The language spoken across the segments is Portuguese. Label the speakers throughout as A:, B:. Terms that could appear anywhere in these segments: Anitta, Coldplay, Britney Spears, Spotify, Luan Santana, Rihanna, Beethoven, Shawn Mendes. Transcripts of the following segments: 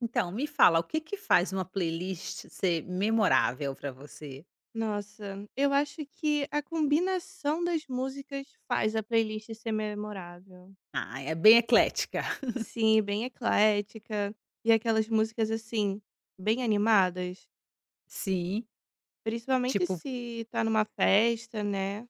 A: Então, me fala, o que que faz uma playlist ser memorável para você?
B: Nossa, eu acho que a combinação das músicas faz a playlist ser memorável.
A: Ah, é bem eclética.
B: Sim, bem eclética. E aquelas músicas assim, bem animadas.
A: Sim,
B: Principalmente
A: tipo,
B: se tá numa festa, né?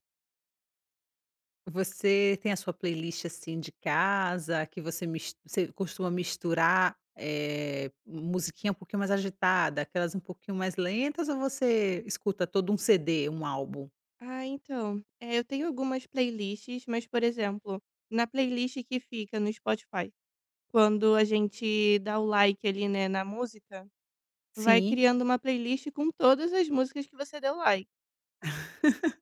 A: você tem a sua playlist, assim, de casa, que você mis você costuma misturar, musiquinha um pouquinho mais agitada, aquelas um pouquinho mais lentas ou você escuta todo um CD, um álbum?
B: Ah, então, é, eu tenho algumas playlists, mas, por exemplo, na playlist que fica no Spotify, quando a gente dá o like ali, né, na música, vai
A: Sim,
B: criando uma playlist com todas as músicas que você deu like.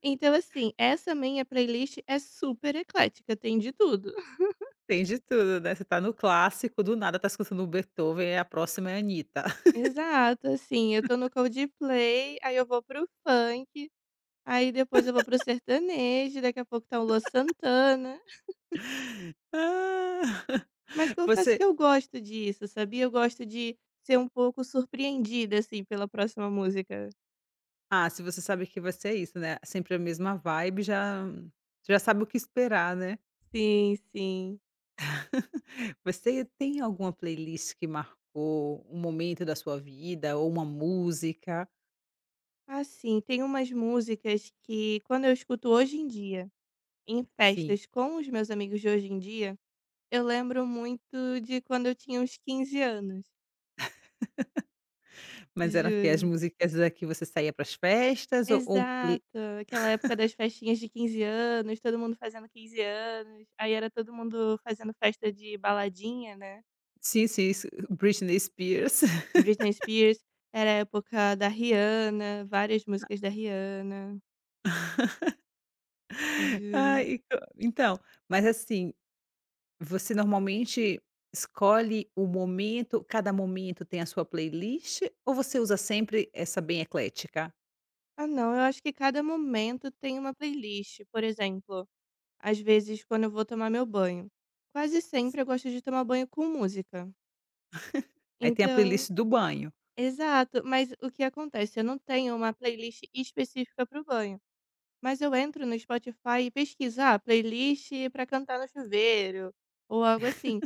B: Então, assim, essa minha playlist é super eclética, tem de tudo.
A: tem de tudo, né, você tá no clássico, do nada tá escutando o Beethoven, e a próxima é a Anitta.
B: Exato, assim, eu tô no Coldplay, aí eu vou pro funk, aí depois eu vou pro sertanejo, daqui a pouco tá o Luan Santana.
A: Ah,
B: Mas confesso que
A: você.
B: eu gosto disso, sabia? Eu gosto de ser um pouco surpreendida, assim, pela próxima música.
A: Ah, se você sabe que vai ser isso, né, sempre a mesma vibe, já sabe o que esperar, né.
B: Sim, sim.
A: Você tem alguma playlist que marcou um momento da sua vida ou uma música?
B: Assim, tem umas músicas que quando eu escuto hoje em dia, em
A: Sim,
B: festas com os meus amigos de hoje em dia, eu lembro muito de quando eu tinha uns 15 anos,
A: mas era que as
B: juro.
A: músicas da que você saía para as festas ou e
B: Exato, aquela época das festinhas de 15 anos, todo mundo fazendo 15 anos, aí era todo mundo fazendo festa de baladinha, né.
A: sim, sim, isso, Britney Spears.
B: Britney Spears, era a época da Rihanna, várias músicas da Rihanna, juro.
A: Ai, e co então, mas assim, você normalmente escolhe o momento, cada momento tem a sua playlist ou você usa sempre essa bem eclética?
B: Ah não, eu acho que cada momento tem uma playlist, por exemplo, às vezes quando eu vou tomar meu banho, quase sempre eu gosto de tomar banho com música,
A: Aí tem a
B: então
A: playlist do banho.
B: exato, mas o que acontece? Eu não tenho uma playlist específica para o banho, mas eu entro no Spotify e pesquiso, ah, playlist para cantar no chuveiro ou algo assim.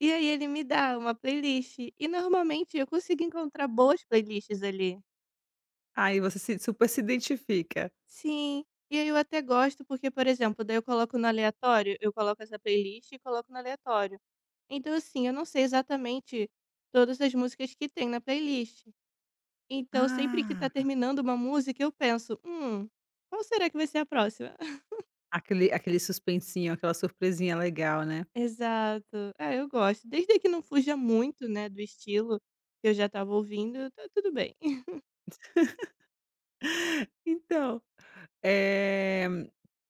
B: E aí ele me dá uma playlist e normalmente eu consigo encontrar boas playlists ali.
A: Aí você se super se identifica.
B: Sim, e aí eu até gosto porque, por exemplo, daí eu coloco no aleatório, eu coloco essa playlist e coloco no aleatório. Então assim, eu não sei exatamente todas as músicas que tem na playlist, então, sempre que tá
A: Ah,
B: terminando uma música, eu penso: qual será que vai ser a próxima?"
A: aquele suspensinho, aquela surpresinha legal, né.
B: Exato. É, eu gosto. Desde que não fuja muito, né, do estilo que eu já estava ouvindo, tá tudo bem.
A: Então, eh,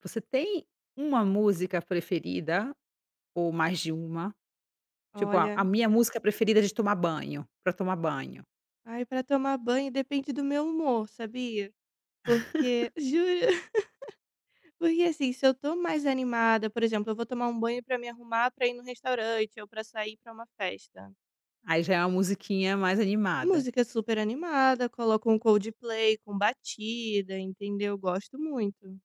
A: você tem uma música preferida ou mais de uma? Tipo, a
B: Olha,
A: minha música preferida é de tomar banho, pra tomar banho.
B: ai, pra tomar banho depende do meu humor, sabia? Porque juro, porque assim, se eu tô mais animada, por exemplo, eu vou tomar um banho pra me arrumar pra ir no restaurante ou pra sair pra uma festa.
A: Aí já é uma musiquinha mais animada.
B: Música super animada, coloco um Coldplay com batida, entendeu? Gosto muito.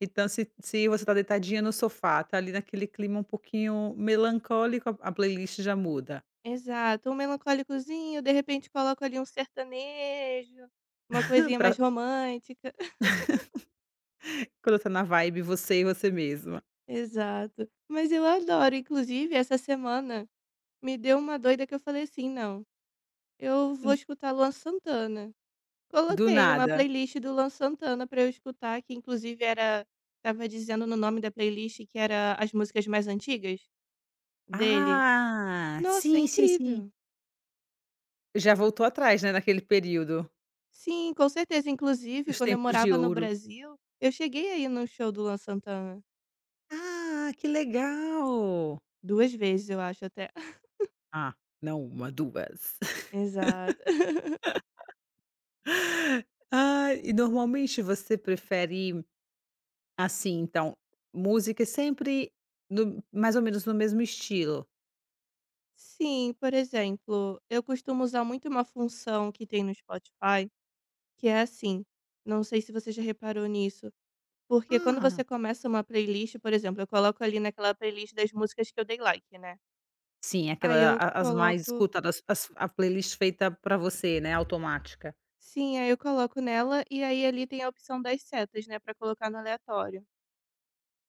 A: Então se você tá deitadinha no sofá, tá ali naquele clima um pouquinho melancólico, a playlist já muda,
B: Exato, um melancólicozinho, de repente coloco ali um sertanejo, uma coisinha mais
A: pra
B: romântica.
A: quando tá na vibe você e você mesma.
B: Exato. Mas eu adoro, inclusive essa semana me deu uma doida que eu falei assim: "Não, eu vou escutar Luan Santana".
A: Do
B: Coloquei uma
A: nada.
B: playlist do Luan Santana pra eu escutar, que inclusive era tava dizendo no nome da playlist que era as músicas mais antigas dele.
A: Ah,
B: Nossa, é
A: sim, sim, sim.
B: incrível.
A: Já voltou atrás, né, naquele período,
B: Sim, com certeza. Inclusive,
A: dos
B: quando eu
A: tempos de
B: morava no
A: ouro.
B: Brasil, eu cheguei aí ir num show do Luan Santana,
A: Ah, que legal.
B: 2 vezes, eu acho até.
A: Ah, não uma, 2.
B: Exato.
A: Ah, e normalmente você prefere, assim, então, música sempre no mais ou menos no mesmo estilo?
B: Sim, por exemplo, eu costumo usar muito uma função que tem no Spotify, que é assim, não sei se você já reparou nisso, porque quando você
A: Ah,
B: começa uma playlist, por exemplo, eu coloco ali naquela playlist das músicas que eu dei like, né.
A: sim,
B: Aí
A: aquela
B: eu
A: a as mais
B: coloco
A: escutadas, as a playlist feita pra você, né, automática.
B: Sim, aí eu coloco nela, e aí ali tem a opção das setas, né, pra colocar no aleatório.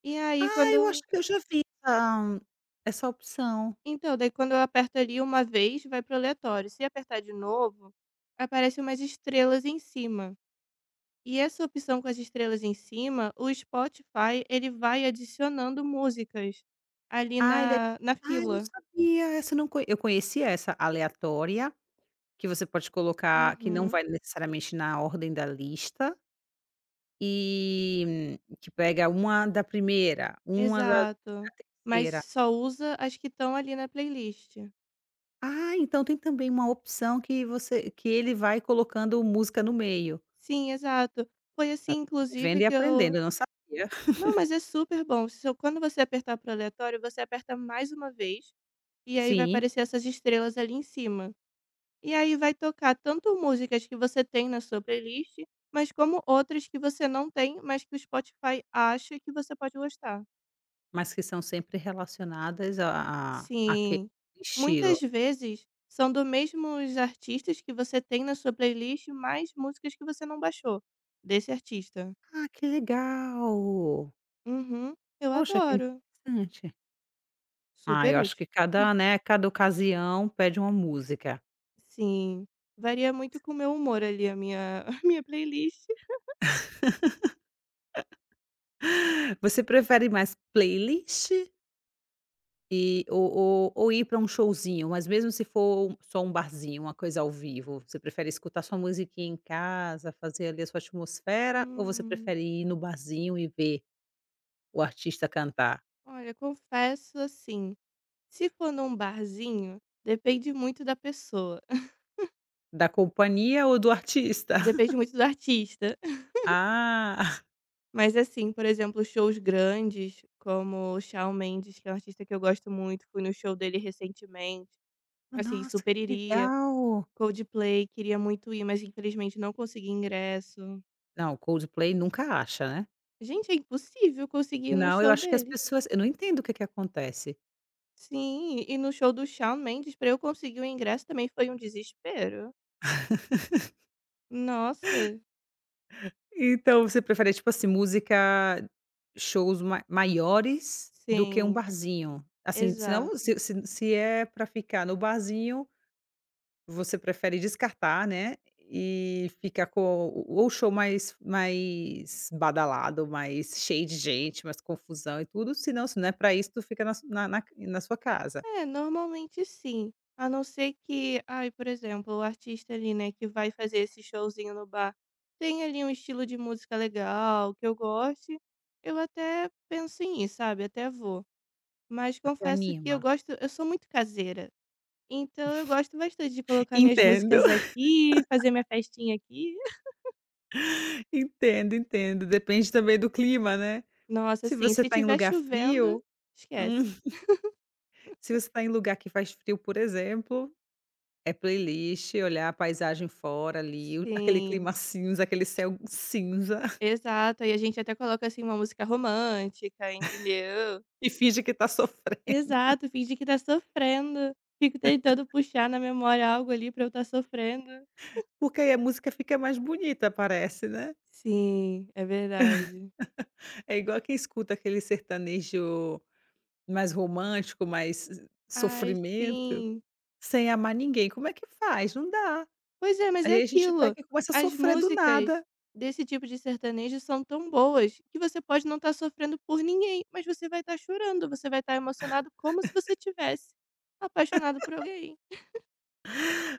B: E aí
A: Ah, eu acho
B: quando
A: que eu já vi essa opção.
B: então, daí quando eu aperto ali uma vez, vai para o aleatório. Se apertar de novo, aparece umas estrelas em cima. E essa opção com as estrelas em cima, o Spotify, ele vai adicionando músicas ali
A: Ah, ele é.
B: na, na
A: Ah, eu não
B: fila.
A: sabia, essa eu não co eu conhecia essa aleatória, que você pode colocar que não
B: Uhum,
A: vai necessariamente na ordem da lista, e que pega uma da primeira, uma da
B: exato. Mas
A: terceira.
B: só usa as que estão ali na playlist.
A: Ah, então tem também uma opção que você que ele vai colocando música no meio.
B: Sim, exato. Foi assim,
A: Tá
B: inclusive,
A: vivendo e
B: que eu.
A: aprendendo, eu não sabia.
B: Não, mas é super bom. Se eu- Quando você apertar pro aleatório, você aperta mais uma vez. E aí vai
A: Sim,
B: aparecer essas estrelas ali em cima. E aí vai tocar tanto músicas que você tem na sua playlist, mas como outras que você não tem, mas que o Spotify acha que você pode gostar.
A: mas que são sempre relacionadas a àquele
B: Sim.
A: estilo.
B: Muitas vezes são do mesmos artistas que você tem na sua playlist, mais músicas que você não baixou desse artista.
A: Ah, que legal.
B: Uhum. Eu
A: Poxa, que
B: adoro.
A: interessante. Ah,
B: Super
A: eu acho
B: útil.
A: que cada, né, cada ocasião pede uma música.
B: Sim. Varia muito com o meu humor ali, a minha, a minha playlist.
A: Você prefere mais playlist e ou ir para um showzinho, mas mesmo se for só um barzinho, uma coisa ao vivo, você prefere escutar sua musiquinha em casa, fazer ali a sua atmosfera, ou você
B: Hum,
A: prefere ir no barzinho e ver o artista cantar?
B: olha, confesso assim. Se for num barzinho, depende muito da pessoa,
A: Da companhia ou do artista?
B: depende muito do artista.
A: Ah,
B: Mas assim, por exemplo, shows grandes, como o Shawn Mendes, que é um artista que eu gosto muito, fui no show dele recentemente, assim,
A: nossa,
B: super
A: que
B: iria.
A: legal.
B: Coldplay, queria muito ir, mas infelizmente não consegui ingresso.
A: Não, Coldplay nunca acha, né.
B: Gente, é impossível conseguir ir no
A: Não, eu
B: show
A: acho que as
B: deles.
A: pessoas, eu não entendo o que que acontece.
B: Sim, e no show do Shawn Mendes, pra eu conseguir o ingresso também foi um desespero. Nossa,
A: Então você prefere, tipo assim, música, shows ma maiores do que um
B: sim,
A: barzinho? Assim, senão
B: exato.
A: se é pra ficar no barzinho, você prefere descartar, né, e ficar com o ou show mais badalado, mais cheio de gente, mais confusão e tudo, senão, se não é pra isso tu fica na su na na na sua casa,
B: É, normalmente sim. A não ser que, ai, por exemplo, o artista ali, né, que vai fazer esse showzinho no bar, tem ali um estilo de música legal, que eu goste, eu até penso em ir, sabe? Até vou. Mas
A: até
B: confesso que eu
A: anima.
B: gosto, eu sou muito caseira. Então eu gosto bastante de colocar minhas
A: Entendo,
B: músicas aqui, fazer minha festinha aqui.
A: entendo, entendo, depende também do clima, né.
B: Nossa,
A: Se
B: assim,
A: você
B: se
A: tá em
B: tiver
A: lugar
B: chovendo,
A: frio, hum.
B: esquece.
A: Se você está em lugar que faz frio, por exemplo, é playlist, olhar a paisagem fora ali, o aquele
B: Sim,
A: clima cinza, aquele céu cinza.
B: exato. E a gente até coloca assim uma música romântica, entendeu?
A: E finge que está sofrendo.
B: Exato, finge que tá sofrendo. Fico tentando puxar na memória algo ali pra eu estar sofrendo.
A: Porque aí a música fica mais bonita, parece, né.
B: Sim, é verdade.
A: É igual quem escuta aquele sertanejo mais romântico, mais
B: Ai,
A: sofrimento,
B: sim.
A: sem amar ninguém. Como é que faz? Não dá.
B: Pois é, mas é
A: Aí a gente pega
B: aquilo.
A: e começa a
B: As
A: sofrer do
B: músicas
A: nada.
B: desse tipo de sertanejo são tão boas que você pode não estar sofrendo por ninguém, mas você vai estar chorando, você vai estar emocionado como se você tivesse apaixonado por alguém.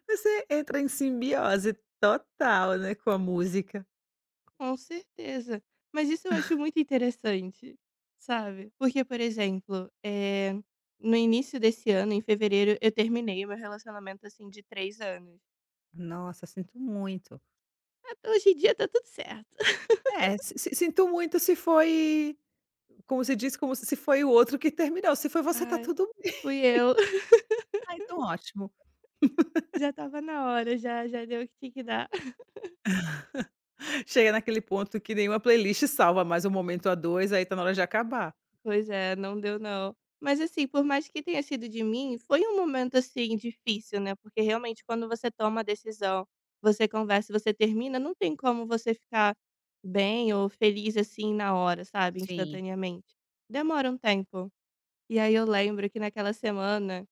A: Você entra em simbiose total, né, com a música.
B: Com certeza. Mas isso eu acho muito interessante, sabe? Porque, por exemplo, no início desse ano, em fevereiro, eu terminei o meu relacionamento assim de 3 anos.
A: Nossa, sinto muito.
B: Até hoje em dia tá tudo certo.
A: É, si si sinto muito, se foi, como se diz, como, se foi o outro que terminou, se foi você, tá
B: Ai,
A: tudo bem.
B: fui eu.
A: Ah, então ótimo.
B: Já tava na hora, já, já deu o que tinha que dar.
A: Chega naquele ponto que nenhuma playlist salva mais um momento a 2. Aí tá na hora de acabar.
B: Pois é, não deu não. Mas assim, por mais que tenha sido de mim, foi um momento, assim, difícil, né, porque realmente quando você toma a decisão, você conversa e você termina, não tem como você ficar bem ou feliz, assim, na hora, sabe,
A: Sim.
B: instantaneamente. Demora um tempo. E aí eu lembro que naquela semana,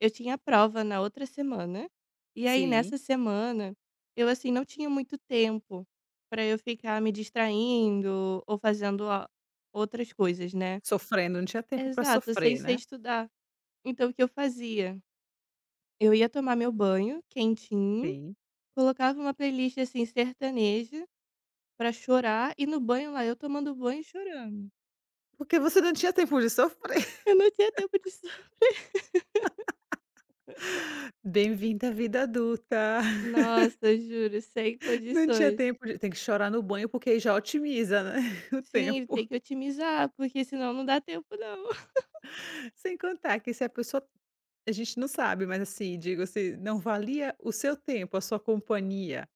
B: eu tinha prova na outra semana, e aí
A: Sim,
B: nessa semana, eu, assim, não tinha muito tempo para eu ficar me distraindo ou fazendo a outras coisas, né.
A: sofrendo, não tinha tempo pra
B: Exato, sem
A: sofrer,
B: ser
A: né.
B: estudar. Então o que eu fazia? Eu ia tomar meu banho quentinho,
A: Sim,
B: colocava uma playlist, assim, sertaneja pra chorar e no banho lá eu tomando banho e chorando.
A: porque você não tinha tempo de sofrer.
B: Eu não tinha tempo disso.
A: Bem-vinda à vida adulta.
B: Nossa, juro, sem
A: Não tinha
B: condições.
A: tempo de, tem que chorar no banho, porque aí já otimiza, né, o
B: Sim,
A: tempo.
B: tem que otimizar, porque senão não dá tempo não.
A: Sem contar que se a pessoa, a gente não sabe, mas assim, digo assim, não valia o seu tempo, a sua companhia,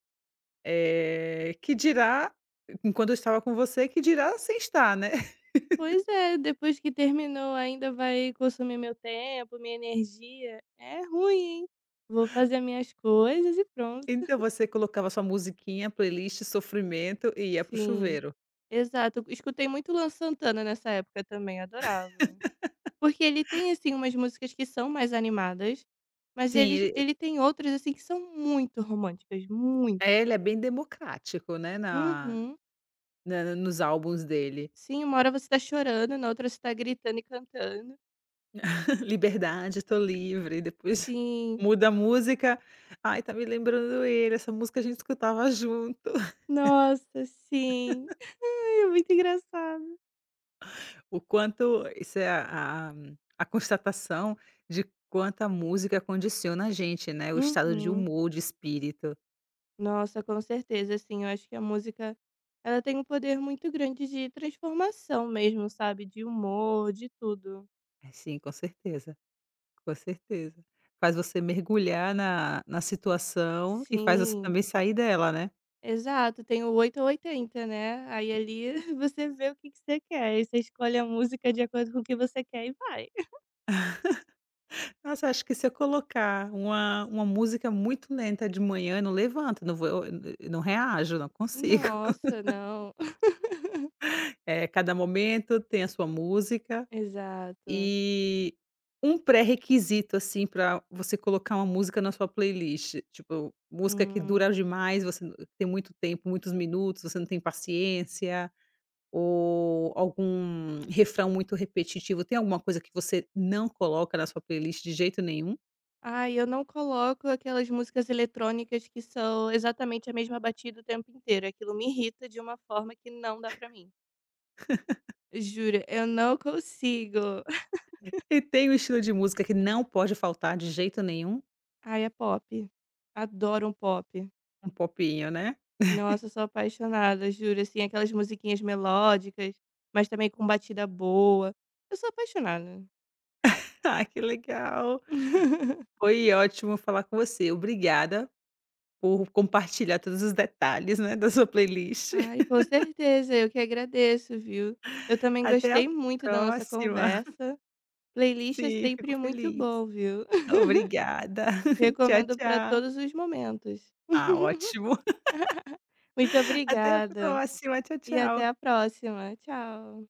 A: que dirá enquanto eu estava com você, que dirá sem estar, né.
B: Pois é, depois que terminou ainda vai consumir meu tempo, minha energia. É ruim, hein. Vou fazer minhas coisas e pronto.
A: Então você colocava sua musiquinha, playlist sofrimento e ia pro
B: Sim.
A: chuveiro.
B: Exato, escutei muito Luan Santana nessa época também, adorava. Porque ele tem, assim, umas músicas que são mais animadas, mas
A: Sim,
B: eles ele tem outras, assim, que são muito românticas, muito.
A: ele é bem democrático, né,
B: Uhum.
A: na nos álbuns dele.
B: Sim, uma hora você tá chorando, na outra você tá gritando e cantando.
A: Liberdade, tô livre, depois
B: Sim.
A: muda a música, "Ai, tá me lembrando ele, essa música a gente escutava junto".
B: Nossa, sim. Ai, é muito engraçado.
A: O quanto isso é a constatação de quanto a música condiciona a gente, né, o estado de
B: Uhum.
A: humor, de espírito.
B: Nossa, com certeza, assim, eu acho que a música, ela tem um poder muito grande de transformação mesmo, sabe, de humor, de tudo.
A: É sim, com certeza, com certeza. Faz você mergulhar na situação e faz você
B: Sim,
A: também sair dela, né.
B: exato, tem o 8 ou 80, né, aí ali você vê o que que você quer, aí você escolhe a música de acordo com o que você quer e vai.
A: Nossa, acho que se eu colocar uma música muito lenta de manhã, eu não levanto, não vou eu não reajo, não consigo.
B: Nossa, não.
A: É cada momento tem a sua música.
B: Exato.
A: E um pré-requisito, assim, pra você colocar uma música na sua playlist, tipo, música que dura
B: Hum.
A: demais, você n tem muito tempo, muitos minutos, você não tem paciência, ou algum refrão muito repetitivo. Tem alguma coisa que você não coloca na sua playlist de jeito nenhum?
B: Ai, eu não coloco aquelas músicas eletrônicas que são exatamente a mesma batida o tempo inteiro, aquilo me irrita de uma forma que não dá pra mim. Juro, eu não consigo.
A: E tem um estilo de música que não pode faltar de jeito nenhum?
B: Ai, é pop. Adoro um pop.
A: Um popinho, né?
B: Nossa, eu sou apaixonada, juro, assim, aquelas musiquinhas melódicas, mas também com batida boa. Eu sou apaixonada.
A: Ah, que legal! Foi ótimo falar com você. Obrigada por compartilhar todos os detalhes, né, da sua playlist.
B: Ai, com certeza, eu que agradeço, viu? Eu também
A: Até a
B: gostei muito da nossa
A: próxima.
B: conversa. Playlist é
A: Sim, fico
B: sempre muito
A: feliz.
B: bom, viu?
A: Obrigada. Tchau,
B: Recomendo para
A: tchau.
B: todos os momentos.
A: Ah, ótimo.
B: Muito
A: Até a
B: obrigada
A: próxima. Tchau,
B: e até a
A: tchau.
B: próxima. Tchau.